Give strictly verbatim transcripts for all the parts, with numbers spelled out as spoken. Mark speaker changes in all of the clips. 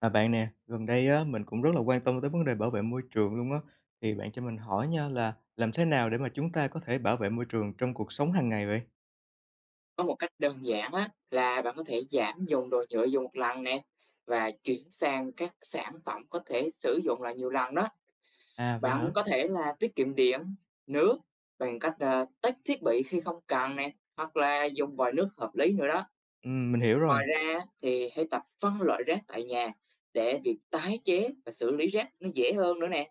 Speaker 1: À bạn nè, gần đây á, mình cũng rất là quan tâm tới vấn đề bảo vệ môi trường luôn á. Thì bạn cho mình hỏi nha là làm thế nào để mà chúng ta có thể bảo vệ môi trường trong cuộc sống hàng ngày vậy?
Speaker 2: Có một cách đơn giản á, là bạn có thể giảm dùng đồ nhựa dùng một lần nè và chuyển sang các sản phẩm có thể sử dụng lại nhiều lần đó.
Speaker 1: À vậy
Speaker 2: Bạn
Speaker 1: hả?
Speaker 2: có thể là tiết kiệm điện, nước bằng cách ờ, tách thiết bị khi không cần nè hoặc là dùng vòi nước hợp lý nữa đó.
Speaker 1: Ừ, mình hiểu rồi.
Speaker 2: Ngoài ra thì hãy tập phân loại rác tại nhà để việc tái chế và xử lý rác nó dễ hơn nữa nè.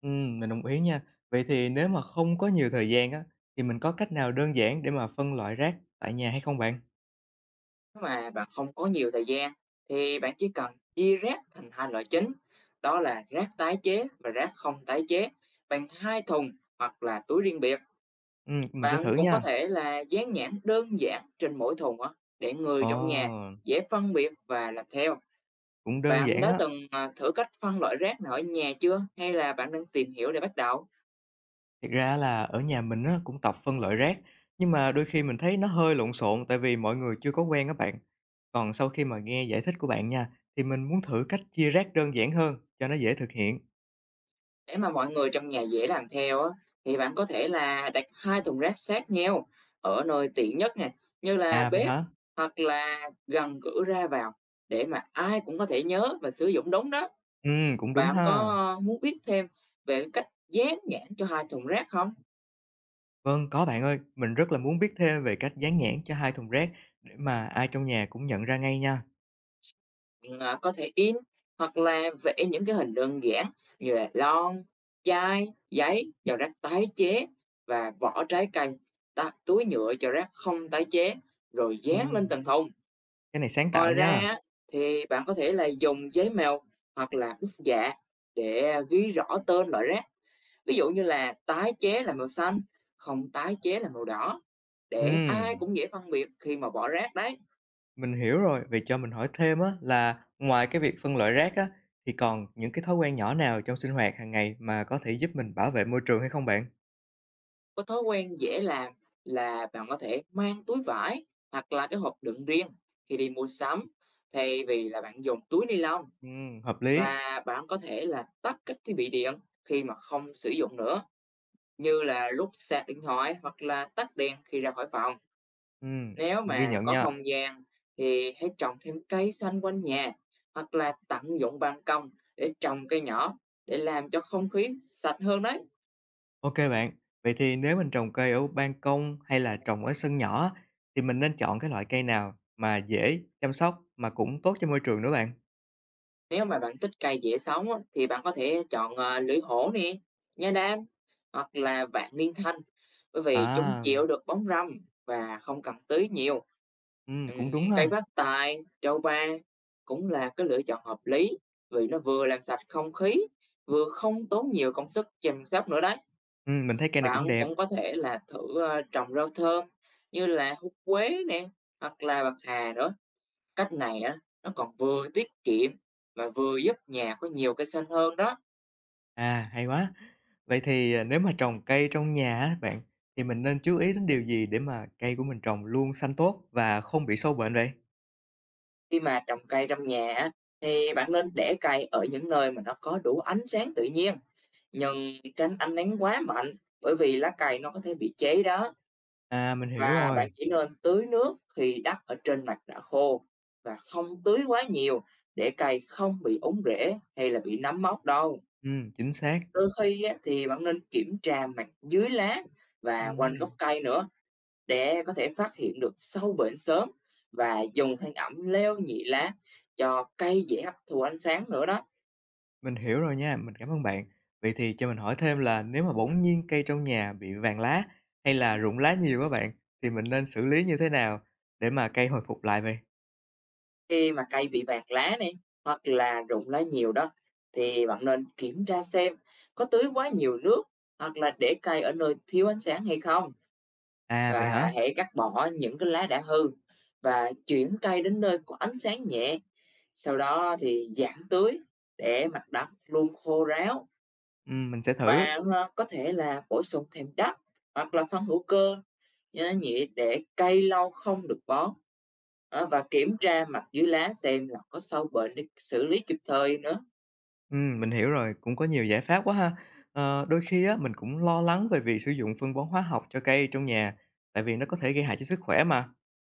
Speaker 1: Ừ, mình đồng ý nha. Vậy thì nếu mà không có nhiều thời gian á, thì mình có cách nào đơn giản để mà phân loại rác tại nhà hay không bạn?
Speaker 2: Nếu mà bạn không có nhiều thời gian thì bạn chỉ cần chia rác thành hai loại chính, đó là rác tái chế và rác không tái chế bằng hai thùng hoặc là túi riêng biệt.
Speaker 1: Ừ, mình sẽ thử
Speaker 2: Bạn cũng có
Speaker 1: nha.
Speaker 2: thể là dán nhãn đơn giản trên mỗi thùng á, để
Speaker 1: Ồ,
Speaker 2: người trong nhà dễ phân biệt và làm theo.
Speaker 1: cũng đơn
Speaker 2: Bạn
Speaker 1: giản
Speaker 2: đã
Speaker 1: á.
Speaker 2: từng à, thử cách phân loại rác nào ở nhà chưa hay là bạn đang tìm hiểu để bắt đầu?
Speaker 1: Thiệt ra là ở nhà mình á, cũng tập phân loại rác, nhưng mà đôi khi mình thấy nó hơi lộn xộn tại vì mọi người chưa có quen các bạn. Còn sau khi mà nghe giải thích của bạn nha, thì mình muốn thử cách chia rác đơn giản hơn cho nó dễ thực hiện.
Speaker 2: Để mà mọi người trong nhà dễ làm theo á, thì bạn có thể là đặt hai thùng rác sát nhau ở nơi tiện nhất nè, như là
Speaker 1: À vậy
Speaker 2: bếp
Speaker 1: hả?
Speaker 2: hoặc là gần cửa ra vào để mà ai cũng có thể nhớ và sử dụng đúng đó.
Speaker 1: Ừ, cũng đúng
Speaker 2: Bạn có
Speaker 1: ha.
Speaker 2: ờ, muốn biết thêm về cái cách dán nhãn cho hai thùng rác không?
Speaker 1: Vâng, có bạn ơi, mình rất là muốn biết thêm về cách dán nhãn cho hai thùng rác để mà ai trong nhà cũng nhận ra ngay nha.
Speaker 2: Ừ, à, có thể in hoặc là vẽ những cái hình đơn giản như là lon, chai, giấy cho rác tái chế và vỏ trái cây, ta- túi nhựa cho rác không tái chế rồi
Speaker 1: Ừ,
Speaker 2: dán lên từng thùng.
Speaker 1: cái này sáng tạo
Speaker 2: Ngoài ra
Speaker 1: nha.
Speaker 2: á, thì bạn có thể là dùng giấy mèo hoặc là bút dạ để à, ghi rõ tên loại rác. Ví dụ như là tái chế là màu xanh, không tái chế là màu đỏ
Speaker 1: Ừ.
Speaker 2: để ai cũng dễ phân biệt khi mà bỏ rác đấy.
Speaker 1: Mình hiểu rồi, vậy cho mình hỏi thêm á là ngoài cái việc phân loại rác á, thì còn những cái thói quen nhỏ nào trong sinh hoạt hàng ngày mà có thể giúp mình bảo vệ môi trường hay không bạn?
Speaker 2: Có thói quen dễ làm là bạn có thể mang túi vải hoặc là cái hộp đựng riêng khi đi mua sắm thay vì là bạn dùng túi ni lông,
Speaker 1: Ừm, hợp lý.
Speaker 2: và bạn có thể là tắt các thiết bị điện khi mà không sử dụng nữa, như là lúc sạc điện thoại hoặc là tắt đèn khi ra khỏi phòng.
Speaker 1: Ừm,
Speaker 2: Nếu
Speaker 1: mình ghi
Speaker 2: mà
Speaker 1: nhận
Speaker 2: có
Speaker 1: nha.
Speaker 2: không gian thì hãy trồng thêm cây xanh quanh nhà hoặc là tận dụng ban công để trồng cây nhỏ, để làm cho không khí sạch hơn đấy.
Speaker 1: Ok bạn, vậy thì nếu mình trồng cây ở ban công hay là trồng ở sân nhỏ á, thì mình nên chọn cái loại cây nào mà dễ chăm sóc mà cũng tốt cho môi trường nữa bạn?
Speaker 2: Nếu mà bạn thích cây dễ sống á, thì bạn có thể chọn ờ, lưỡi hổ nè, nha đam hoặc là vạn niên thanh, bởi vì chúng
Speaker 1: À,
Speaker 2: chịu được bóng râm và không cần tưới nhiều.
Speaker 1: ừm,
Speaker 2: Ừm,
Speaker 1: cũng đúng
Speaker 2: Cây
Speaker 1: ha.
Speaker 2: phát tài, trầu ba cũng là cái lựa chọn hợp lý, vì nó vừa làm sạch không khí, vừa không tốn nhiều công sức chăm sóc nữa đấy.
Speaker 1: Ừm, mình thấy cây này
Speaker 2: Bạn
Speaker 1: cũng đẹp.
Speaker 2: cũng có thể là thử, ơ, trồng rau thơm như là húng quế nè, hoặc là bạc hà nữa. Cách này á, nó còn vừa tiết kiệm mà vừa giúp nhà có nhiều cây xanh hơn đó.
Speaker 1: À, hay quá! Vậy thì, à, nếu mà trồng cây trong nhà á bạn, thì mình nên chú ý đến điều gì để mà cây của mình trồng luôn xanh tốt và không bị sâu bệnh vậy?
Speaker 2: Khi mà trồng cây trong nhà á, thì bạn nên để cây ở những nơi mà nó có đủ ánh sáng tự nhiên, nhưng tránh ánh nắng quá mạnh, bởi vì lá cây nó có thể bị cháy đó.
Speaker 1: À, mình hiểu
Speaker 2: Và bạn
Speaker 1: rồi,
Speaker 2: chỉ nên tưới nước khi đất ở trên mặt đã khô, và không tưới quá nhiều để cây không bị úng rễ hay là bị nấm mốc đâu.
Speaker 1: ừm, chính xác,
Speaker 2: Đôi khi á, thì bạn nên kiểm tra mặt dưới lá và quanh
Speaker 1: ừm
Speaker 2: gốc cây nữa để có thể phát hiện được sâu bệnh sớm, và dùng than ẩm leo nhị lá cho cây dễ hấp thụ ánh sáng nữa đó.
Speaker 1: mình hiểu rồi nha, mình cảm ơn bạn. Vậy thì cho mình hỏi thêm là nếu mà bỗng nhiên cây trong nhà bị vàng lá hay là rụng lá nhiều á bạn, thì mình nên xử lý như thế nào để mà cây hồi phục lại vậy?
Speaker 2: Khi mà cây bị vàng lá này hoặc là rụng lá nhiều đó, thì bạn nên kiểm tra xem có tưới quá nhiều nước hoặc là để cây ở nơi thiếu ánh sáng hay không.
Speaker 1: À, vậy hả?
Speaker 2: Và hãy cắt bỏ những cái lá đã hư và chuyển cây đến nơi có ánh sáng nhẹ. Sau đó thì giảm tưới để mặt đất luôn khô ráo.
Speaker 1: Ừm, mình sẽ thử.
Speaker 2: Bạn ờ, có thể là bổ sung thêm đất hoặc là phân hữu cơ ờ, nhẹ để cây lâu không được bón. Ờ, và kiểm tra mặt dưới lá xem là có sâu bệnh để xử lý kịp thời nữa.
Speaker 1: Ừm, mình hiểu rồi, cũng có nhiều giải pháp quá ha. Ờ, đôi khi á, mình cũng lo lắng về việc sử dụng phân bón hóa học cho cây trong nhà, tại vì nó có thể gây hại cho sức khỏe mà.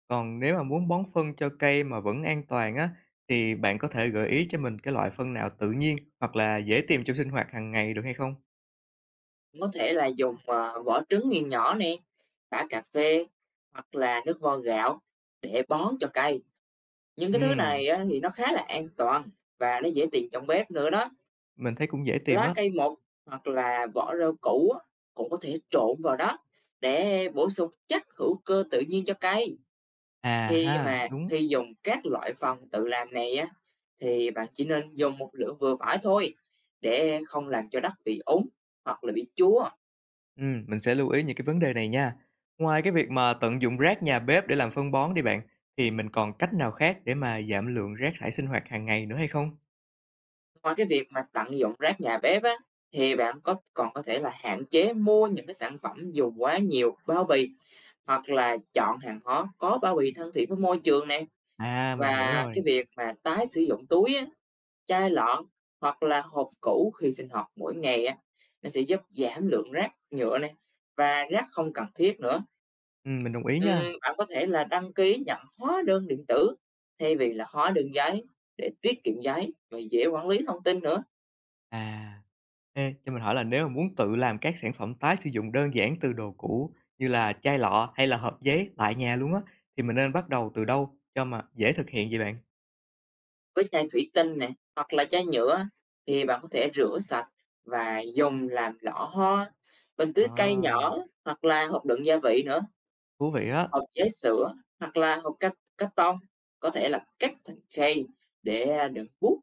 Speaker 1: Còn nếu mà muốn bón phân cho cây mà vẫn an toàn á, thì bạn có thể gợi ý cho mình cái loại phân nào tự nhiên hoặc là dễ tìm trong sinh hoạt hàng ngày được hay không?
Speaker 2: Có thể là dùng ờ, vỏ trứng nghiền nhỏ nè, bã cà phê hoặc là nước vo gạo để bón cho cây. Những cái thứ
Speaker 1: Ừm,
Speaker 2: này á, thì nó khá là an toàn và nó dễ tìm trong bếp nữa đó.
Speaker 1: mình thấy cũng dễ tìm
Speaker 2: Lá
Speaker 1: á.
Speaker 2: cây mục hoặc là vỏ rau củ á, cũng có thể trộn vào đó để bổ sung chất hữu cơ tự nhiên cho cây.
Speaker 1: À
Speaker 2: Khi
Speaker 1: ha,
Speaker 2: mà
Speaker 1: đúng.
Speaker 2: khi dùng các loại phần tự làm này á, thì bạn chỉ nên dùng một lượng vừa phải thôi để không làm cho đất bị úng hoặc là bị chúa.
Speaker 1: Ừm, mình sẽ lưu ý những cái vấn đề này nha. Ngoài cái việc mà tận dụng rác nhà bếp để làm phân bón đi bạn, thì mình còn cách nào khác để mà giảm lượng rác thải sinh hoạt hàng ngày nữa hay không?
Speaker 2: Ngoài cái việc mà tận dụng rác nhà bếp á, thì bạn có còn có thể là hạn chế mua những cái sản phẩm dùng quá nhiều bao bì, hoặc là chọn hàng hóa có bao bì thân thiện với môi trường này.
Speaker 1: À, mình hiểu
Speaker 2: Và cái
Speaker 1: rồi.
Speaker 2: việc mà tái sử dụng túi á, chai lọ hoặc là hộp cũ khi sinh hoạt mỗi ngày á, nó sẽ giúp giảm lượng rác nhựa này và rác không cần thiết nữa.
Speaker 1: Ừm, mình đồng ý nha.
Speaker 2: Ừm, bạn có thể là đăng ký nhận hóa đơn điện tử thay vì là hóa đơn giấy, để tiết kiệm giấy và dễ quản lý thông tin nữa.
Speaker 1: À, ê, cho mình hỏi là nếu mà muốn tự làm các sản phẩm tái sử dụng đơn giản từ đồ cũ như là chai lọ hay là hộp giấy tại nhà luôn á, thì mình nên bắt đầu từ đâu cho mà dễ thực hiện vậy bạn?
Speaker 2: Với chai thủy tinh nè, hoặc là chai nhựa, thì bạn có thể rửa sạch và dùng làm lọ hoa, bình tưới cây
Speaker 1: À,
Speaker 2: nhỏ hoặc là hộp đựng gia vị nữa.
Speaker 1: thú vị á.
Speaker 2: Hộp giấy sữa hoặc là hộp cắt cắt tông, có thể là cắt thành khay để đựng bút,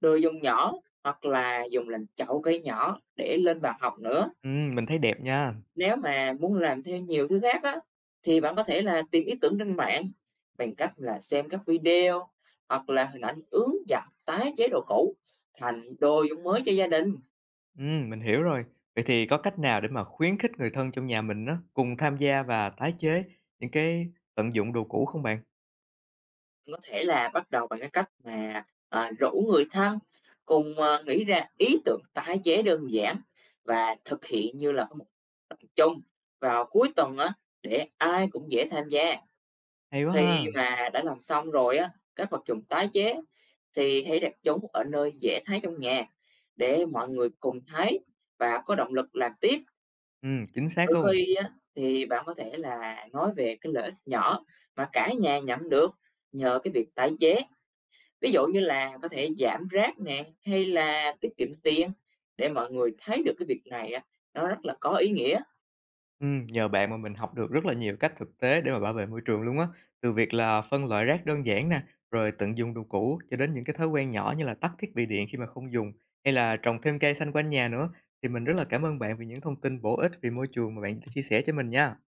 Speaker 2: đồ dùng nhỏ, hoặc là dùng làm chậu cây nhỏ để lên bàn học nữa.
Speaker 1: Ừm, mình thấy đẹp nha.
Speaker 2: Nếu mà muốn làm theo nhiều thứ khác á, thì bạn có thể là tìm ý tưởng trên mạng bằng cách là xem các video hoặc là hình ảnh ướn giặt tái chế đồ cũ thành đồ dùng mới cho gia đình.
Speaker 1: Ừm, mình hiểu rồi. Vậy thì có cách nào để mà khuyến khích người thân trong nhà mình á, cùng tham gia và tái chế những cái tận dụng đồ cũ không bạn?
Speaker 2: Có thể là bắt đầu bằng cái cách mà à, rủ người thân cùng à, nghĩ ra ý tưởng tái chế đơn giản và thực hiện, như là có một phần chung vào cuối tuần á, để ai cũng dễ tham gia.
Speaker 1: Hay quá
Speaker 2: Khi
Speaker 1: ha!
Speaker 2: mà đã làm xong rồi á, các vật dụng tái chế thì hãy đặt chúng ở nơi dễ thấy trong nhà để mọi người cùng thấy và có động lực làm tiếp.
Speaker 1: Ừm, chính xác
Speaker 2: Đôi
Speaker 1: luôn.
Speaker 2: khi á, thì bạn có thể là nói về cái lợi ích nhỏ mà cả nhà nhận được nhờ cái việc tái chế. Ví dụ như là có thể giảm rác nè hay là tiết kiệm tiền, để mọi người thấy được cái việc này á, nó rất là có ý nghĩa.
Speaker 1: Ừm, nhờ bạn mà mình học được rất là nhiều cách thực tế để mà bảo vệ môi trường luôn á. Từ việc là phân loại rác đơn giản nè, rồi tận dụng đồ cũ cho đến những cái thói quen nhỏ như là tắt thiết bị điện khi mà không dùng, hay là trồng thêm cây xanh quanh nhà nữa. Thì mình rất là cảm ơn bạn vì những thông tin bổ ích về môi trường mà bạn đã chia sẻ cho mình nha.